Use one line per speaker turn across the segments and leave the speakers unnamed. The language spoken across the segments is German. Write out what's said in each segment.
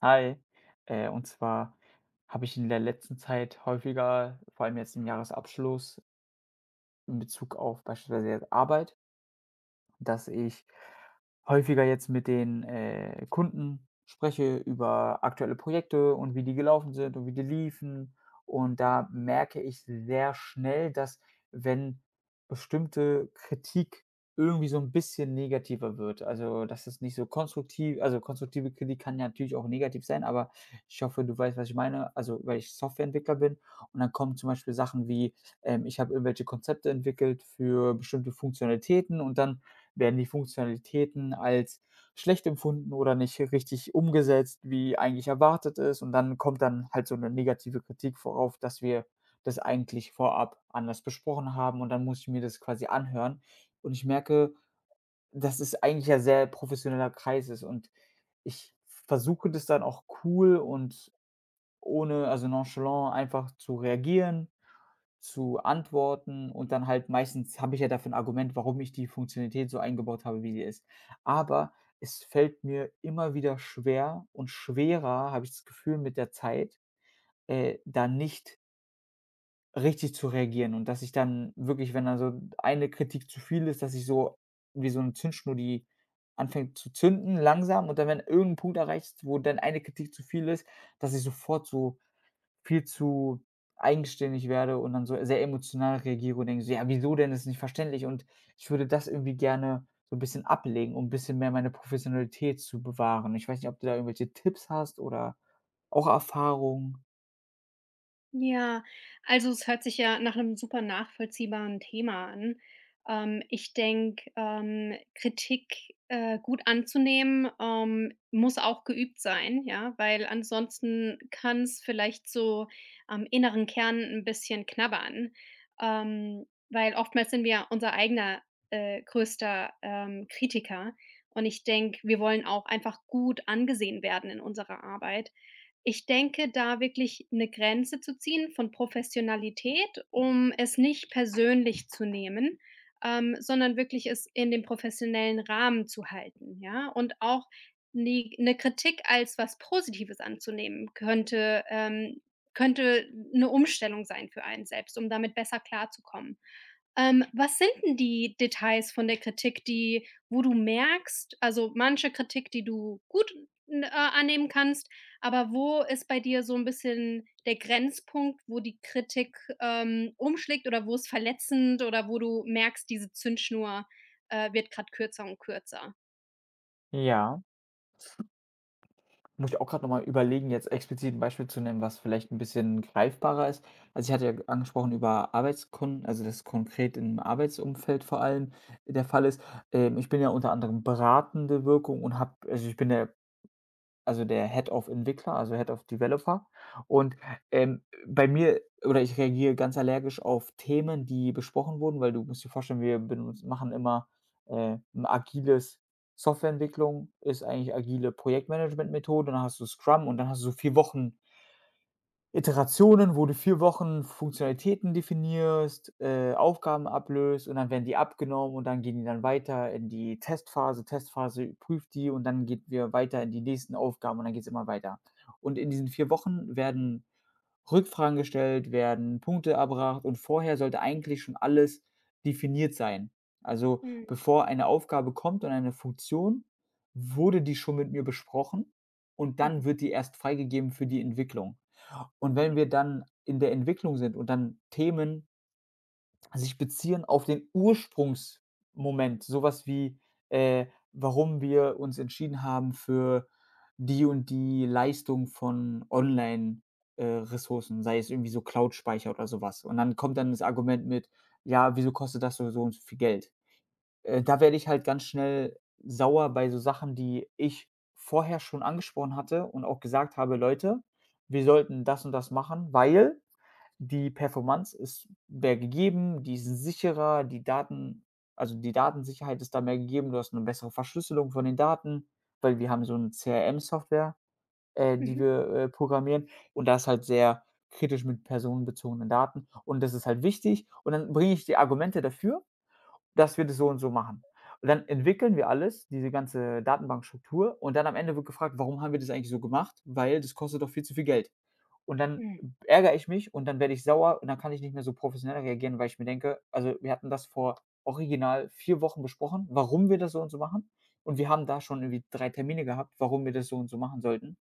Hi, und zwar habe ich in der letzten Zeit häufiger, vor allem jetzt im Jahresabschluss, in Bezug auf beispielsweise jetzt Arbeit, dass ich häufiger jetzt mit den Kunden spreche über aktuelle Projekte und wie die gelaufen sind und wie die liefen. Und da merke ich sehr schnell, dass, wenn bestimmte Kritik irgendwie so ein bisschen negativer wird, also, dass es nicht so konstruktiv also, konstruktive Kritik kann ja natürlich auch negativ sein, aber ich hoffe, du weißt, was ich meine, also, weil ich Softwareentwickler bin und dann kommen zum Beispiel Sachen wie, ich habe irgendwelche Konzepte entwickelt für bestimmte Funktionalitäten und dann werden die Funktionalitäten als schlecht empfunden oder nicht richtig umgesetzt, wie eigentlich erwartet ist. Und dann kommt dann halt so eine negative Kritik, vorauf, dass wir das eigentlich vorab anders besprochen haben und dann muss ich mir das quasi anhören. Und ich merke, dass es eigentlich ja sehr professioneller Kreis ist und ich versuche das dann auch cool und ohne also nonchalant einfach zu reagieren, zu antworten und dann halt meistens habe ich ja dafür ein Argument, warum ich die Funktionalität so eingebaut habe, wie sie ist. Aber es fällt mir immer wieder schwer und schwerer, habe ich das Gefühl mit der Zeit, da nicht richtig zu reagieren und dass ich dann wirklich, wenn da so eine Kritik zu viel ist, dass ich so wie so 'ne Zündschnur, die anfängt zu zünden langsam und dann, wenn irgend 'n Punkt erreicht ist, wo dann eine Kritik zu viel ist, dass ich sofort so viel zu eigenständig werde und dann so sehr emotional reagiere und denke so: „Ja, wieso denn? Ist nicht verständlich." Und ich würde das irgendwie gerne so ein bisschen ablegen, um ein bisschen mehr meine Professionalität zu bewahren. Ich weiß nicht, ob du da irgendwelche Tipps hast oder auch Erfahrungen?
Ja, also es hört sich ja nach einem super nachvollziehbaren Thema an. Ich denke, Kritik, gut anzunehmen, muss auch geübt sein, ja, weil ansonsten kann es vielleicht so am inneren Kern ein bisschen knabbern. Weil oftmals sind wir ja unser eigener, größter, Kritiker und ich denke, wir wollen auch einfach gut angesehen werden in unserer Arbeit. Ich denke, da wirklich eine Grenze zu ziehen von Professionalität, um es nicht persönlich zu nehmen, sondern wirklich es in dem professionellen Rahmen zu halten, ja? Und auch die 'ne Kritik als was Positives anzunehmen könnte könnte 'ne Umstellung sein für einen selbst, um damit besser klarzukommen. Was sind 'n die Details von der Kritik, die wo du merkst, also manche Kritik, die du gut annehmen kannst, aber wo ist bei dir so ein bisschen der Grenzpunkt, wo die Kritik, umschlägt oder wo es verletzend oder wo du merkst, diese Zündschnur, wird grad kürzer und kürzer?
Ja. Muss ich auch gerade noch mal überlegen, jetzt explizit ein Beispiel zu nehmen, was vielleicht ein bisschen greifbarer ist. Also, ich hatte ja angesprochen über Arbeitskunden, also das konkret im Arbeitsumfeld vor allem der Fall ist. Ich bin ja unter anderem beratende Wirkung und habe, also ich bin ja also der Head of Entwickler, also Head of Developer. Und, bei mir oder ich reagiere ganz allergisch auf Themen, die besprochen wurden, weil du musst dir vorstellen, wir benutz machen immer, 'n agiles Softwareentwicklung ist eigentlich agile Projektmanagementmethode, dann hast du Scrum und dann hast du so 4 Wochen Iterationen, wo du 4 Wochen Funktionalitäten definierst, Aufgaben ablöst und dann werden die abgenommen und dann gehen die dann weiter in die Testphase. Testphase prüft die und dann geht wir weiter in die nächsten Aufgaben und dann geht es immer weiter. Und in diesen 4 Wochen werden Rückfragen gestellt, werden Punkte erbracht und vorher sollte eigentlich schon alles definiert sein. Also,
Mhm.
bevor eine Aufgabe kommt und eine Funktion, wurde die schon mit mir besprochen und dann
Mhm.
wird die erst freigegeben für die Entwicklung. Und wenn
Ja.
wir dann in der Entwicklung sind und dann Themen sich beziehen auf den Ursprungsmoment, sowas wie, äh, warum wir uns entschieden haben für die und die Leistung von Online Ressourcen, sei es irgendwie so Cloud-Speicher oder sowas. Und dann kommt dann das Argument mit: „Ja, wieso kostet das so und so viel Geld?" Da werde ich halt ganz schnell sauer bei so Sachen, die ich vorher schon angesprochen hatte und auch gesagt habe: „Leute, wir sollten das und das machen, weil die Performance ist mehr gegeben, die ist sicherer, die Daten, also die Datensicherheit ist da mehr gegeben. Du hast eine bessere Verschlüsselung von den Daten, weil wir haben so 'ne CRM-Software, die
Mhm.
wir programmieren und da ist halt sehr kritisch mit personenbezogenen Daten und das ist halt wichtig." Und dann bringe ich die Argumente dafür, dass wir das so und so machen. Und dann entwickeln wir alles, diese ganze Datenbankstruktur, und dann am Ende wird gefragt: „Warum haben wir das eigentlich so gemacht? Weil das kostet doch viel zu viel Geld." Und dann
Mhm.
ärgere ich mich und dann werde ich sauer und dann kann ich nicht mehr so professionell reagieren, weil ich mir denke: „Also, wir hatten das vor original 4 Wochen besprochen, warum wir das so und so machen, und wir haben da schon irgendwie 3 Termine gehabt, warum wir das so und so machen sollten."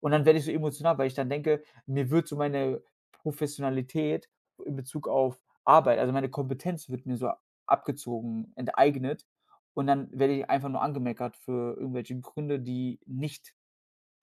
Und dann werde ich so emotional, weil ich dann denke, mir wird so meine Professionalität in Bezug auf Arbeit, also meine Kompetenz wird mir so abgezogen, enteignet. Und dann werde ich einfach nur angemeckert für irgendwelche Gründe, die nicht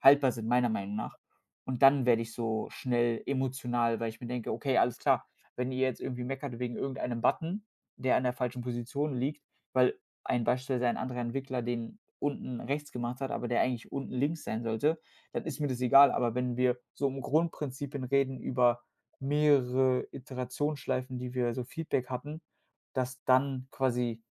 haltbar sind, meiner Meinung nach. Und dann werde ich so schnell emotional, weil ich mir denke: „Okay, alles klar, wenn ihr jetzt irgendwie meckert wegen irgendeinem Button, der an der falschen Position liegt, weil ein beispielsweise ein anderer Entwickler den unten rechts gemacht hat, aber der eigentlich unten links sein sollte, dann ist mir das egal." Aber wenn wir so um Grundprinzipien reden über mehrere Iterationsschleifen, die wir so Feedback hatten, dass dann quasi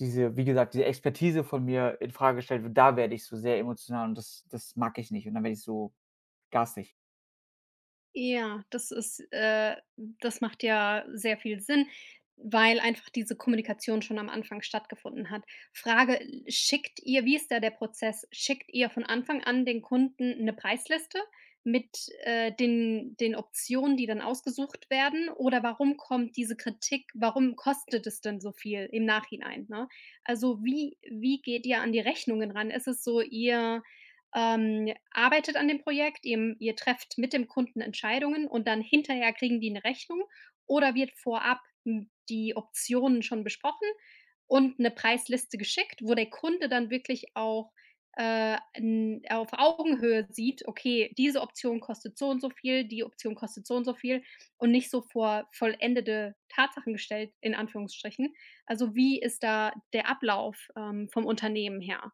diese, wie gesagt, diese Expertise von mir in Frage gestellt wird, da werde ich so sehr emotional und das das mag ich nicht und dann werde ich so garstig.
Ja, das ist das macht ja sehr viel Sinn, weil einfach diese Kommunikation schon am Anfang stattgefunden hat. Frage, l schickt ihr, wie ist da der Prozess? Schickt ihr von Anfang an den Kunden eine Preisliste mit, den Optionen, die dann ausgesucht werden? Oder warum kommt diese Kritik, warum kostet es denn so viel im Nachhinein, ne? Also, wie geht ihr an die Rechnungen ran? Ist es so, ihr arbeitet an dem Projekt, ihr trefft mit dem Kunden Entscheidungen und dann hinterher kriegen die eine Rechnung, oder wird vorab n die Optionen schon besprochen und eine Preisliste geschickt, wo der Kunde dann wirklich auch, n auf Augenhöhe sieht: „Okay, diese Option kostet so und so viel, die Option kostet so und so viel“ und nicht so vor vollendete Tatsachen gestellt, in Anführungsstrichen. Also, wie ist da der Ablauf, vom Unternehmen her?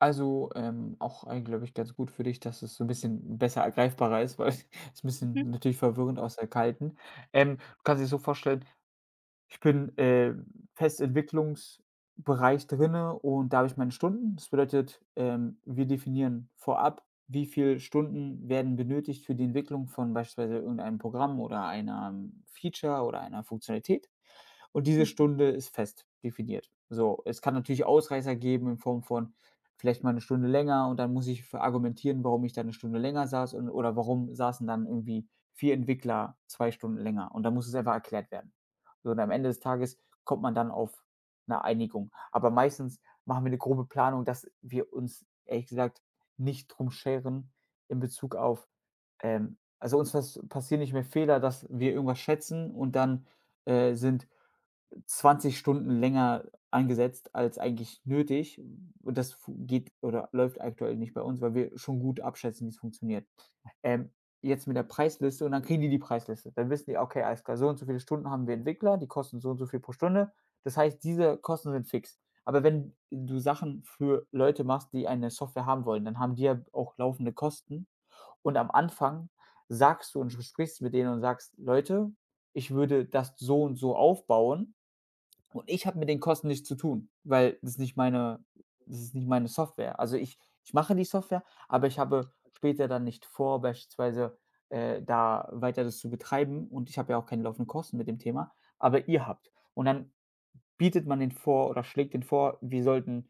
Also, auch, glaube ich, ganz gut für dich, dass es so ein bisschen besser ergreifbarer ist, weil es ist ein
Mhm.
bisschen natürlich verwirrend aus der Kalten. Du kannst dir so vorstellen, ich bin, fest Entwicklungsbereich drinne und da habe ich meine Stunden. Das bedeutet, wir definieren vorab, wie viel Stunden werden benötigt für die Entwicklung von beispielsweise irgendeinem Programm oder einem Feature oder einer Funktionalität. Und diese
Mhm.
Stunde ist fest definiert. So, es kann natürlich Ausreißer geben in Form von vielleicht mal 1 Stunde länger und dann muss ich ver argumentieren, warum ich da 1 Stunde länger saß und oder warum saßen dann irgendwie 4 Entwickler 2 Stunden länger und dann muss es einfach erklärt werden. So und am Ende des Tages kommt man dann auf eine Einigung. Aber meistens machen wir eine grobe Planung, dass wir uns ehrlich gesagt nicht drum scheren in Bezug auf, also uns das passieren nicht mehr Fehler, dass wir irgendwas schätzen und dann, sind 20 Stunden länger eingesetzt als eigentlich nötig. Und das fu geht oder läuft aktuell nicht bei uns, weil wir schon gut abschätzen, wie's funktioniert. Ähm, Jetzt mit der Preisliste und dann kriegen die die Preisliste. Dann wissen die: „Okay, alles klar, so und so viele Stunden haben wir Entwickler, die kosten so und so viel pro Stunde." Das heißt, diese Kosten sind fix. Aber wenn du Sachen für Leute machst, die eine Software haben wollen, dann haben die ja auch laufende Kosten. Und am Anfang sagst du und sprichst mit denen und sagst: „Leute, ich würde das so und so aufbauen." Und ich habe mit den Kosten nichts zu tun, weil das nicht meine, das ist nicht meine Software. Also, ich mache die Software, aber ich habe später dann nicht vor, beispielsweise, da weiter das zu betreiben, und ich habe ja auch keine laufenden Kosten mit dem Thema, aber ihr habt. Und dann bietet man den vor oder schlägt den vor, wir sollten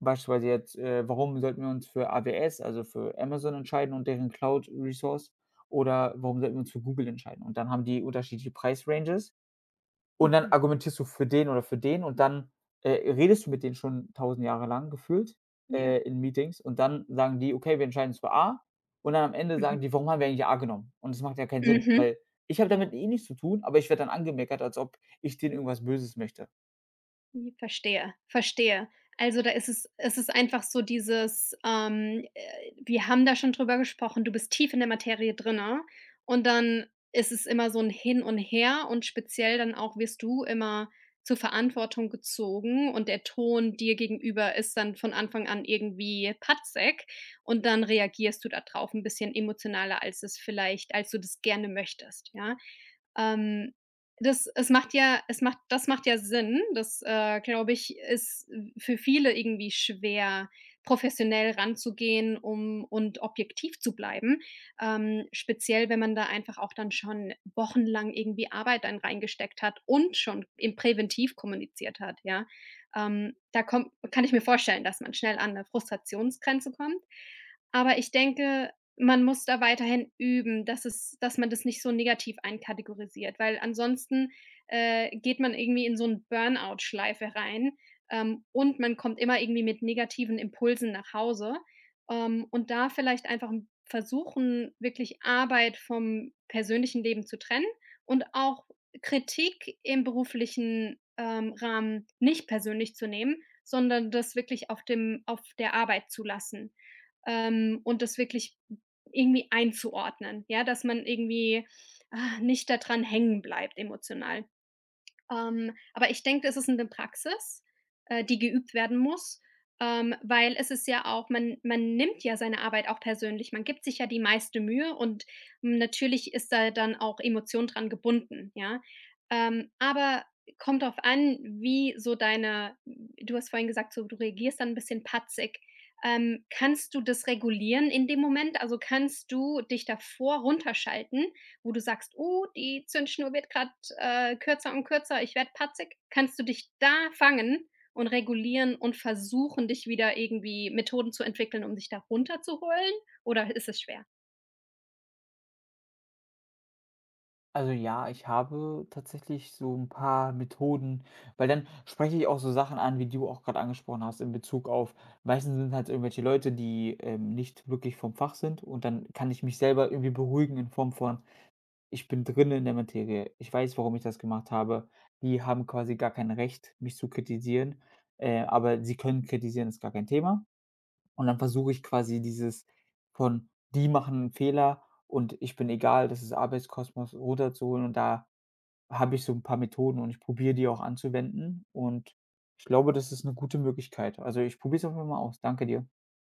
beispielsweise jetzt, warum sollten wir uns für AWS, also für Amazon entscheiden und deren Cloud Resource oder warum sollten wir uns für Google entscheiden? Und dann haben die unterschiedliche Preis-Ranges und dann
Mhm.
argumentierst du für den oder für den und dann, redest du mit denen schon tausend Jahre lang gefühlt,
Ja.
in Meetings und dann sagen die: „Okay, wir entscheiden uns für A." Und dann am Ende
Mhm.
sagen die: „Warum haben wir eigentlich A genommen?" Und das macht ja keinen Sinn,
Mhm.
weil ich habe
Ja,
damit eh nichts zu tun, aber ich werde dann angemeckert, als ob ich denen irgendwas Böses möchte.
mhm, verstehe, verstehe. Also, da ist es ist einfach so dieses, wir haben da schon drüber gesprochen, du bist tief in der Materie drinnen und dann ist es immer so ein Hin und Her und speziell dann auch wirst du immer zur Verantwortung gezogen und der Ton dir gegenüber ist dann von Anfang an irgendwie patzig und dann reagierst du da drauf ein bisschen emotionaler, als es vielleicht, als du das gerne möchtest, ja? Ähm das macht ja Sinn. Das, glaube ich, ist für viele irgendwie schwer, professionell ranzugehen, um und objektiv zu bleiben. Speziell, wenn man da einfach auch dann schon wochenlang irgendwie Arbeit dann reingesteckt hat und schon im präventiv kommuniziert hat, ja. Da kommt kann ich mir vorstellen, dass man schnell an 'ne Frustrationsgrenze kommt. Aber ich denke, man muss da weiterhin üben, dass es dass man das nicht so negativ einkategorisiert, weil ansonsten, geht man irgendwie in so 'n Burnout-Schleife rein, und man kommt immer irgendwie mit negativen Impulsen nach Hause. Und da vielleicht einfach m versuchen, wirklich Arbeit vom persönlichen Leben zu trennen und auch Kritik im beruflichen, Rahmen nicht persönlich zu nehmen, sondern das wirklich auf der Arbeit zu lassen, und das wirklich irgendwie einzuordnen, ja, dass man irgendwie, nicht daran hängen bleibt emotional. Aber ich denke, das ist eine Praxis, die geübt werden muss, weil es ist ja auch, man nimmt ja seine Arbeit auch persönlich. Man gibt sich ja die meiste Mühe und natürlich ist da dann auch Emotion dran gebunden, ja? Aber kommt drauf an, wie so deine du hast vorhin gesagt, so du reagierst dann ein bisschen patzig. Kannst du das regulieren in dem Moment? Also, kannst du dich davor runterschalten, wo du sagst: „Oh, die Zündschnur wird grad, kürzer und kürzer, ich werde patzig.“ Kannst du dich da fangen und regulieren und versuchen, dich wieder irgendwie Methoden zu entwickeln, um dich da runterzuholen, oder ist es schwer?
Also ja, ich habe tatsächlich so ein paar Methoden, weil dann spreche ich auch so Sachen an, wie du auch gerade angesprochen hast, in Bezug auf meistens sind halt irgendwelche Leute, die, nicht wirklich vom Fach sind, und dann kann ich mich selber irgendwie beruhigen in Form von: „Ich bin drin in der Materie. Ich weiß, warum ich das gemacht habe." Die haben quasi gar kein Recht, mich zu kritisieren, aber sie können kritisieren, ist gar kein Thema. Und dann versuche ich quasi dieses von: „Die machen einen Fehler und ich bin egal, das ist Arbeitskosmos", runterzuholen, und da habe ich so 'n paar Methoden und ich probiere die auch anzuwenden und ich glaube, das ist 'ne gute Möglichkeit. Also, ich probiere es einfach mal aus. Danke dir.